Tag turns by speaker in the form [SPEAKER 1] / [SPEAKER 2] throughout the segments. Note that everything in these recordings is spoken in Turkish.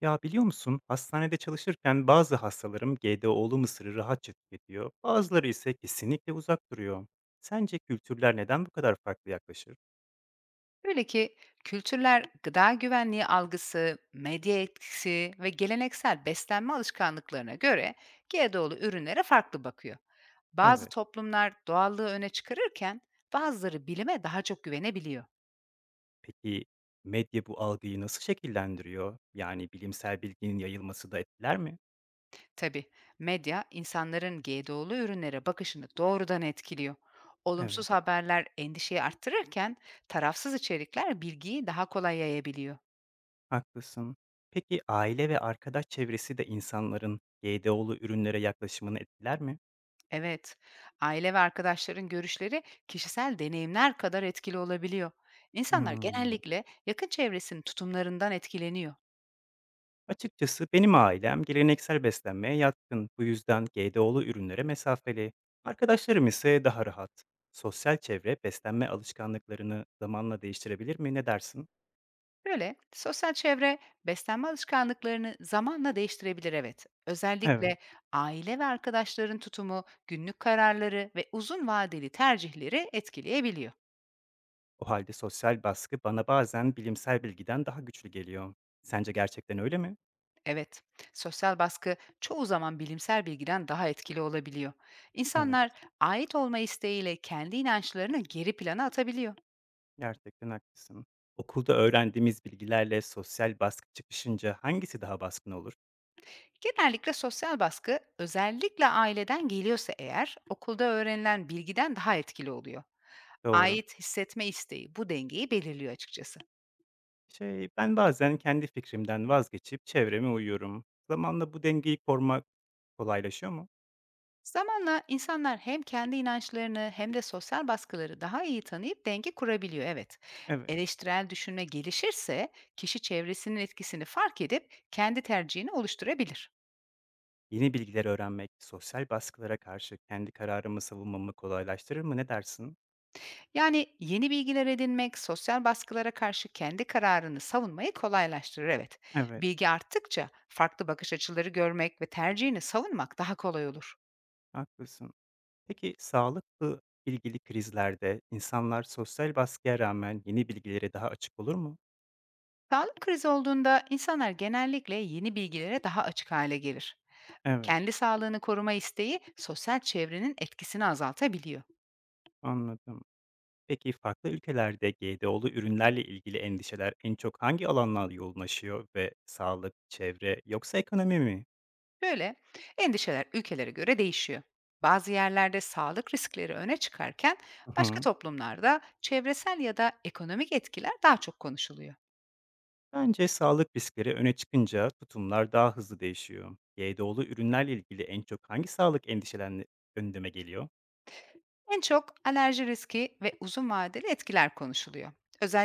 [SPEAKER 1] Ya biliyor musun, hastanede çalışırken bazı hastalarım GDO'lu mısırı rahatça tüketiyor, bazıları ise kesinlikle uzak duruyor. Sence kültürler neden bu kadar farklı yaklaşır?
[SPEAKER 2] Öyle ki kültürler gıda güvenliği algısı, medya etkisi ve geleneksel beslenme alışkanlıklarına göre GDO'lu ürünlere farklı bakıyor. Bazı
[SPEAKER 1] Evet.
[SPEAKER 2] toplumlar doğallığı öne çıkarırken bazıları bilime daha çok güvenebiliyor.
[SPEAKER 1] Peki medya bu algıyı nasıl şekillendiriyor? Yani bilimsel bilginin yayılması da etkiler mi?
[SPEAKER 2] Tabii medya insanların GDO'lu ürünlere bakışını doğrudan etkiliyor.
[SPEAKER 1] Evet,
[SPEAKER 2] Olumsuz haberler endişeyi arttırırken tarafsız içerikler bilgiyi daha kolay yayabiliyor.
[SPEAKER 1] haklısın. Peki aile ve arkadaş çevresi de insanların GDO'lu ürünlere yaklaşımını etkiler mi?
[SPEAKER 2] Evet, aile ve arkadaşların görüşleri kişisel deneyimler kadar etkili olabiliyor. İnsanlar
[SPEAKER 1] Hmm.
[SPEAKER 2] genellikle yakın çevresinin tutumlarından etkileniyor.
[SPEAKER 1] Açıkçası benim ailem geleneksel beslenmeye yatkın. Bu yüzden GDO'lu ürünlere mesafeli. Arkadaşlarım ise daha rahat. Sosyal çevre beslenme alışkanlıklarını zamanla değiştirebilir mi? Ne dersin?
[SPEAKER 2] Böyle sosyal çevre beslenme alışkanlıklarını zamanla değiştirebilir, evet.
[SPEAKER 1] Evet.
[SPEAKER 2] Özellikle aile ve arkadaşların tutumu günlük kararları ve uzun vadeli tercihleri etkileyebiliyor.
[SPEAKER 1] O halde sosyal baskı bana bazen bilimsel bilgiden daha güçlü geliyor. Sence gerçekten öyle mi?
[SPEAKER 2] Evet, sosyal baskı çoğu zaman bilimsel bilgiden daha etkili olabiliyor.
[SPEAKER 1] Evet,
[SPEAKER 2] İnsanlar ait olma isteğiyle kendi inançlarını geri plana atabiliyor.
[SPEAKER 1] gerçekten haklısın. Okulda öğrendiğimiz bilgilerle sosyal baskı çıkışınca hangisi daha baskın olur?
[SPEAKER 2] Genellikle sosyal baskı, özellikle aileden geliyorsa eğer, okulda öğrenilen bilgiden daha etkili oluyor.
[SPEAKER 1] Doğru.
[SPEAKER 2] Ait hissetme isteği bu dengeyi belirliyor açıkçası.
[SPEAKER 1] Şey, ben bazen kendi fikrimden vazgeçip çevreme uyuyorum. Zamanla bu dengeyi korumak kolaylaşıyor mu?
[SPEAKER 2] Zamanla insanlar hem kendi inançlarını hem de sosyal baskıları daha iyi tanıyıp denge kurabiliyor, evet.
[SPEAKER 1] Evet.
[SPEAKER 2] Eleştirel düşünme gelişirse kişi çevresinin etkisini fark edip kendi tercihini oluşturabilir.
[SPEAKER 1] Yeni bilgiler öğrenmek, sosyal baskılara karşı kendi kararımı savunmamı kolaylaştırır mı? Ne dersin?
[SPEAKER 2] Yani yeni bilgiler edinmek, sosyal baskılara karşı kendi kararını savunmayı kolaylaştırır, evet.
[SPEAKER 1] Evet,
[SPEAKER 2] Bilgi arttıkça farklı bakış açıları görmek ve tercihini savunmak daha kolay olur.
[SPEAKER 1] haklısın. Peki sağlıklı ilgili krizlerde insanlar sosyal baskıya rağmen yeni bilgilere daha açık olur mu?
[SPEAKER 2] Sağlık krizi olduğunda insanlar genellikle yeni bilgilere daha açık hale gelir.
[SPEAKER 1] Evet,
[SPEAKER 2] Kendi sağlığını koruma isteği sosyal çevrenin etkisini azaltabiliyor.
[SPEAKER 1] anladım. Peki farklı ülkelerde GDO'lu ürünlerle ilgili endişeler en çok hangi alanlar yoğunlaşıyor ve sağlık, çevre yoksa ekonomi mi?
[SPEAKER 2] Böyle endişeler ülkelere göre değişiyor. Bazı yerlerde sağlık riskleri öne çıkarken
[SPEAKER 1] Hı
[SPEAKER 2] başka
[SPEAKER 1] hı.
[SPEAKER 2] toplumlarda çevresel ya da ekonomik etkiler daha çok konuşuluyor.
[SPEAKER 1] Bence sağlık riskleri öne çıkınca tutumlar daha hızlı değişiyor. GDO'lu ürünlerle ilgili en çok hangi sağlık endişelerini gündeme geliyor?
[SPEAKER 2] En çok alerji riski ve uzun vadeli etkiler konuşuluyor.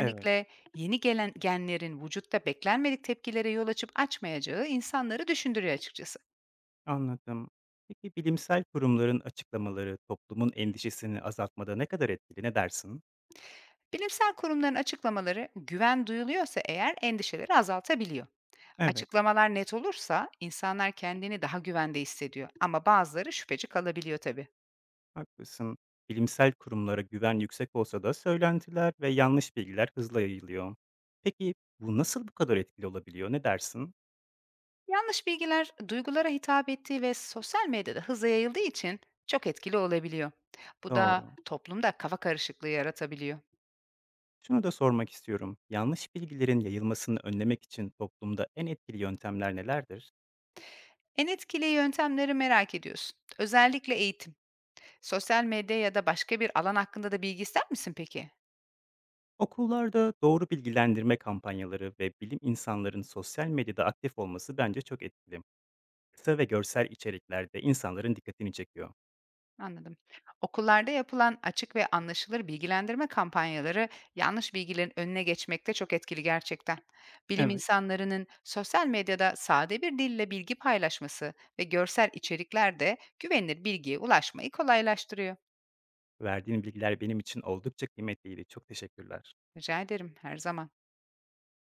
[SPEAKER 1] Evet.
[SPEAKER 2] yeni gelen genlerin vücutta beklenmedik tepkilere yol açıp açmayacağı insanları düşündürüyor açıkçası.
[SPEAKER 1] Anladım. Peki bilimsel kurumların açıklamaları toplumun endişesini azaltmada ne kadar etkili ne dersin?
[SPEAKER 2] Bilimsel kurumların açıklamaları güven duyuluyorsa eğer endişeleri azaltabiliyor.
[SPEAKER 1] Evet,
[SPEAKER 2] Açıklamalar net olursa insanlar kendini daha güvende hissediyor ama bazıları şüpheci kalabiliyor tabii.
[SPEAKER 1] haklısın. Bilimsel kurumlara güven yüksek olsa da söylentiler ve yanlış bilgiler hızla yayılıyor. Peki bu nasıl bu kadar etkili olabiliyor? Ne dersin?
[SPEAKER 2] Yanlış bilgiler duygulara hitap ettiği ve sosyal medyada hızla yayıldığı için çok etkili olabiliyor. Bu da
[SPEAKER 1] Doğru.
[SPEAKER 2] toplumda kafa karışıklığı yaratabiliyor.
[SPEAKER 1] Şunu da sormak istiyorum. Yanlış bilgilerin yayılmasını önlemek için toplumda en etkili yöntemler nelerdir?
[SPEAKER 2] En etkili yöntemleri merak ediyorsun. Özellikle eğitim. Sosyal medya ya da başka bir alan hakkında da bilgi ister misin peki?
[SPEAKER 1] Okullarda doğru bilgilendirme kampanyaları ve bilim insanların sosyal medyada aktif olması bence çok etkili. Kısa ve görsel içeriklerde insanların dikkatini çekiyor.
[SPEAKER 2] Anladım. Okullarda yapılan açık ve anlaşılır bilgilendirme kampanyaları yanlış bilgilerin önüne geçmekte çok etkili gerçekten. Bilim
[SPEAKER 1] Evet,
[SPEAKER 2] insanlarının sosyal medyada sade bir dille bilgi paylaşması ve görsel içerikler de güvenilir bilgiye ulaşmayı kolaylaştırıyor.
[SPEAKER 1] verdiğin bilgiler benim için oldukça kıymetliydi. Çok teşekkürler.
[SPEAKER 2] Rica ederim, her zaman.